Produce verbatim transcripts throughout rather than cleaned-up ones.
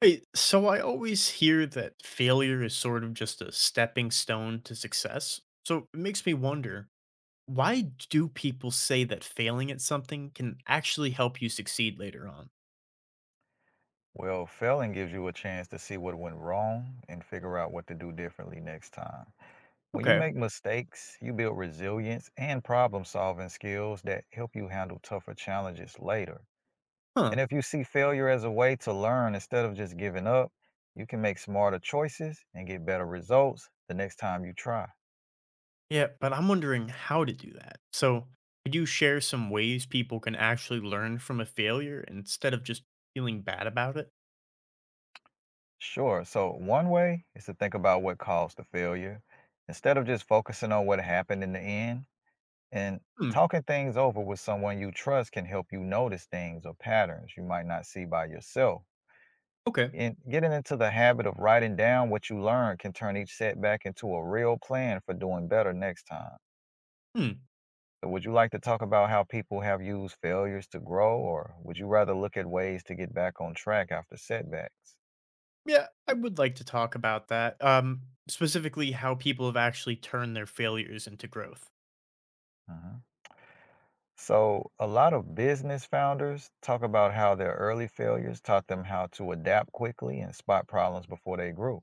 Hey, so I always hear that failure is sort of just a stepping stone to success. So it makes me wonder, why do people say that failing at something can actually help you succeed later on? Well, failing gives you a chance to see what went wrong and figure out what to do differently next time. When you Okay. make mistakes, you build resilience and problem solving skills that help you handle tougher challenges later. And Huh. if you see failure as a way to learn instead of just giving up, you can make smarter choices and get better results the next time you try. Yeah, but I'm wondering how to do that. So could you share some ways people can actually learn from a failure instead of just feeling bad about it? Sure, so one way is to think about what caused the failure. Instead of just focusing on what happened in the end. And Hmm. talking things over with someone you trust can help you notice things or patterns you might not see by yourself. Okay. And getting into the habit of writing down what you learned can turn each setback into a real plan for doing better next time. Hmm. So, would you like to talk about how people have used failures to grow, or would you rather look at ways to get back on track after setbacks? Yeah, I would like to talk about that. Um, specifically how people have actually turned their failures into growth. Uh-huh. So, a lot of business founders talk about how their early failures taught them how to adapt quickly and spot problems before they grew.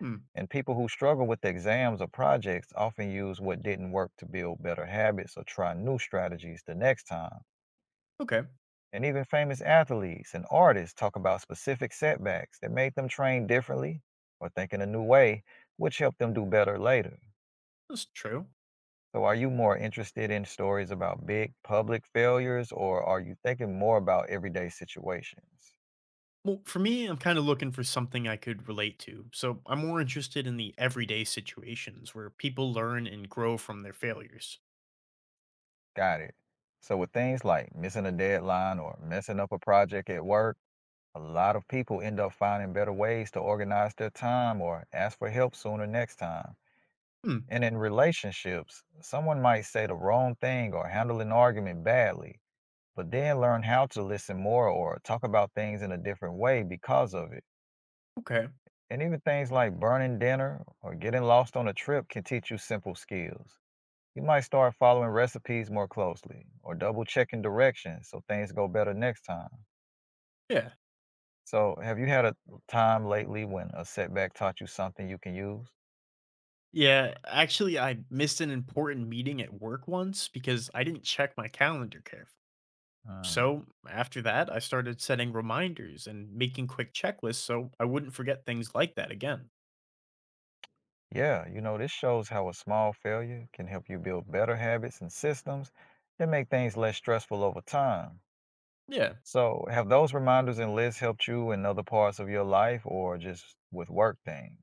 Hmm. And people who struggle with exams or projects often use what didn't work to build better habits or try new strategies the next time. Okay. And even famous athletes and artists talk about specific setbacks that made them train differently or think in a new way, which helped them do better later. That's true. So, are you more interested in stories about big public failures, or are you thinking more about everyday situations? Well, for me, I'm kind of looking for something I could relate to. So I'm more interested in the everyday situations where people learn and grow from their failures. Got it. So, with things like missing a deadline or messing up a project at work, a lot of people end up finding better ways to organize their time or ask for help sooner next time. Hmm. And in relationships, someone might say the wrong thing or handle an argument badly, but then learn how to listen more or talk about things in a different way because of it. Okay. And even things like burning dinner or getting lost on a trip can teach you simple skills. You might start following recipes more closely or double checking directions so things go better next time. Yeah. So, have you had a time lately when a setback taught you something you can use? Yeah. Actually, I missed an important meeting at work once because I didn't check my calendar carefully. Uh, So after that, I started setting reminders and making quick checklists so I wouldn't forget things like that again. Yeah, you know, this shows how a small failure can help you build better habits and systems that make things less stressful over time. Yeah. So, have those reminders and lists helped you in other parts of your life or just with work things?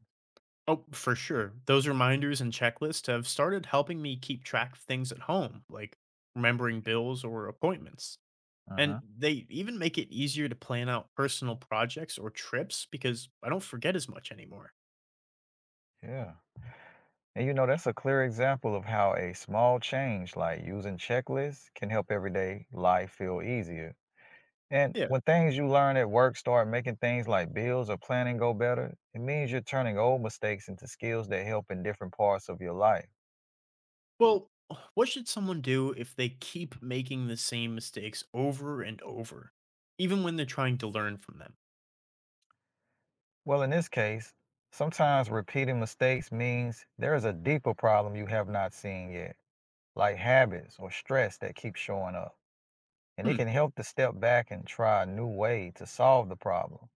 Oh, for sure. Those reminders and checklists have started helping me keep track of things at home, like remembering bills or appointments. And Uh-huh. they even make it easier to plan out personal projects or trips because I don't forget as much anymore. Yeah. And you know, that's a clear example of how a small change like using checklists can help everyday life feel easier. And Yeah. when things you learn at work start making things like bills or planning go better, it means you're turning old mistakes into skills that help in different parts of your life. Well, what should someone do if they keep making the same mistakes over and over, even when they're trying to learn from them? Well, in this case, sometimes repeating mistakes means there is a deeper problem you have not seen yet, like habits or stress that keep showing up. And it can Hmm. help to step back and try a new way to solve the problem.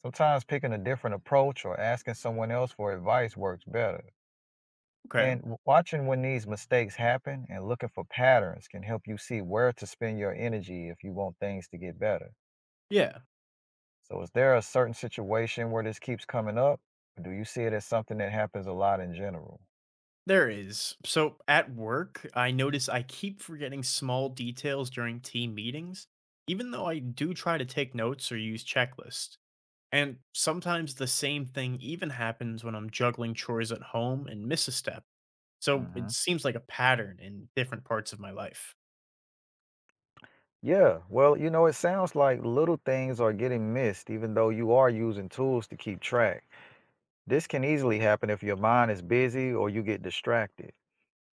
Sometimes picking a different approach or asking someone else for advice works better. Okay. And w- watching when these mistakes happen and looking for patterns can help you see where to spend your energy if you want things to get better. Yeah. So, is there a certain situation where this keeps coming up? Or do you see it as something that happens a lot in general? There is. So at work, I notice I keep forgetting small details during team meetings, even though I do try to take notes or use checklists. And sometimes the same thing even happens when I'm juggling chores at home and miss a step. So it Hmm. seems like a pattern in different parts of my life. Yeah, well, you know, it sounds like little things are getting missed, even though you are using tools to keep track. This can easily happen if your mind is busy or you get distracted.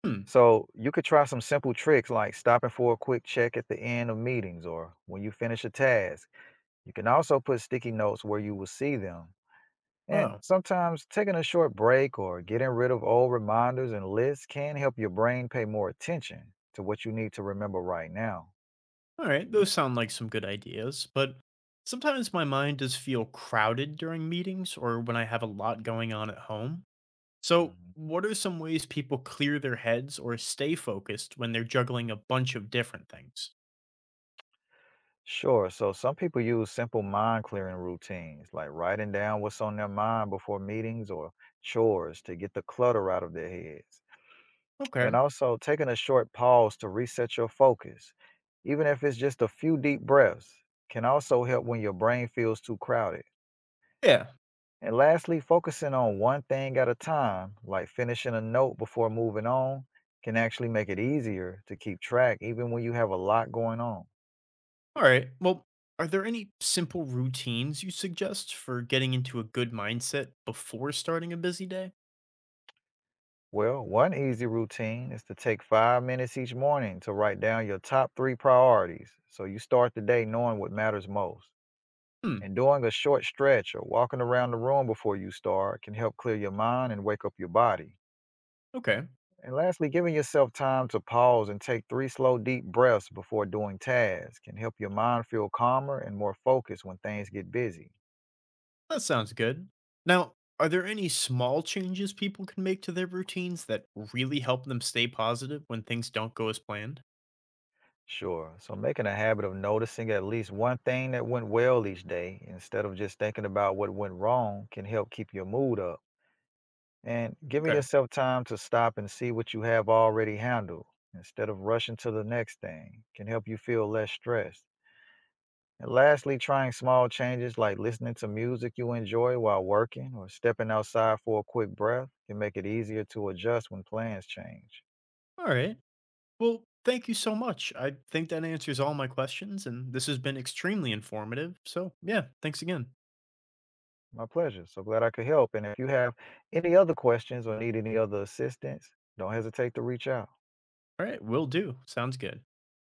Hmm. So you could try some simple tricks like stopping for a quick check at the end of meetings or when you finish a task. You can also put sticky notes where you will see them. And Oh, sometimes taking a short break or getting rid of old reminders and lists can help your brain pay more attention to what you need to remember right now. all right. Those sound like some good ideas, but sometimes my mind does feel crowded during meetings or when I have a lot going on at home. So Mhm. what are some ways people clear their heads or stay focused when they're juggling a bunch of different things? Sure, so some people use simple mind clearing routines like writing down what's on their mind before meetings or chores to get the clutter out of their heads. Okay. And also taking a short pause to reset your focus, even if it's just a few deep breaths, can also help when your brain feels too crowded. Yeah. And lastly, focusing on one thing at a time, like finishing a note before moving on, can actually make it easier to keep track even when you have a lot going on. All right. Well, are there any simple routines you suggest for getting into a good mindset before starting a busy day? Well, one easy routine is to take five minutes each morning to write down your top three priorities so you start the day knowing what matters most. Hmm. And doing a short stretch or walking around the room before you start can help clear your mind and wake up your body. Okay. And lastly, giving yourself time to pause and take three slow, deep breaths before doing tasks can help your mind feel calmer and more focused when things get busy. That sounds good. Now, are there any small changes people can make to their routines that really help them stay positive when things don't go as planned? Sure. So, making a habit of noticing at least one thing that went well each day instead of just thinking about what went wrong can help keep your mood up. And giving Okay. yourself time to stop and see what you have already handled instead of rushing to the next thing can help you feel less stressed. And lastly, trying small changes like listening to music you enjoy while working or stepping outside for a quick breath can make it easier to adjust when plans change. All right. Well, thank you so much. I think that answers all my questions, and this has been extremely informative. So, yeah, thanks again. My pleasure. So glad I could help. And if you have any other questions or need any other assistance, don't hesitate to reach out. All right, will do. Sounds good.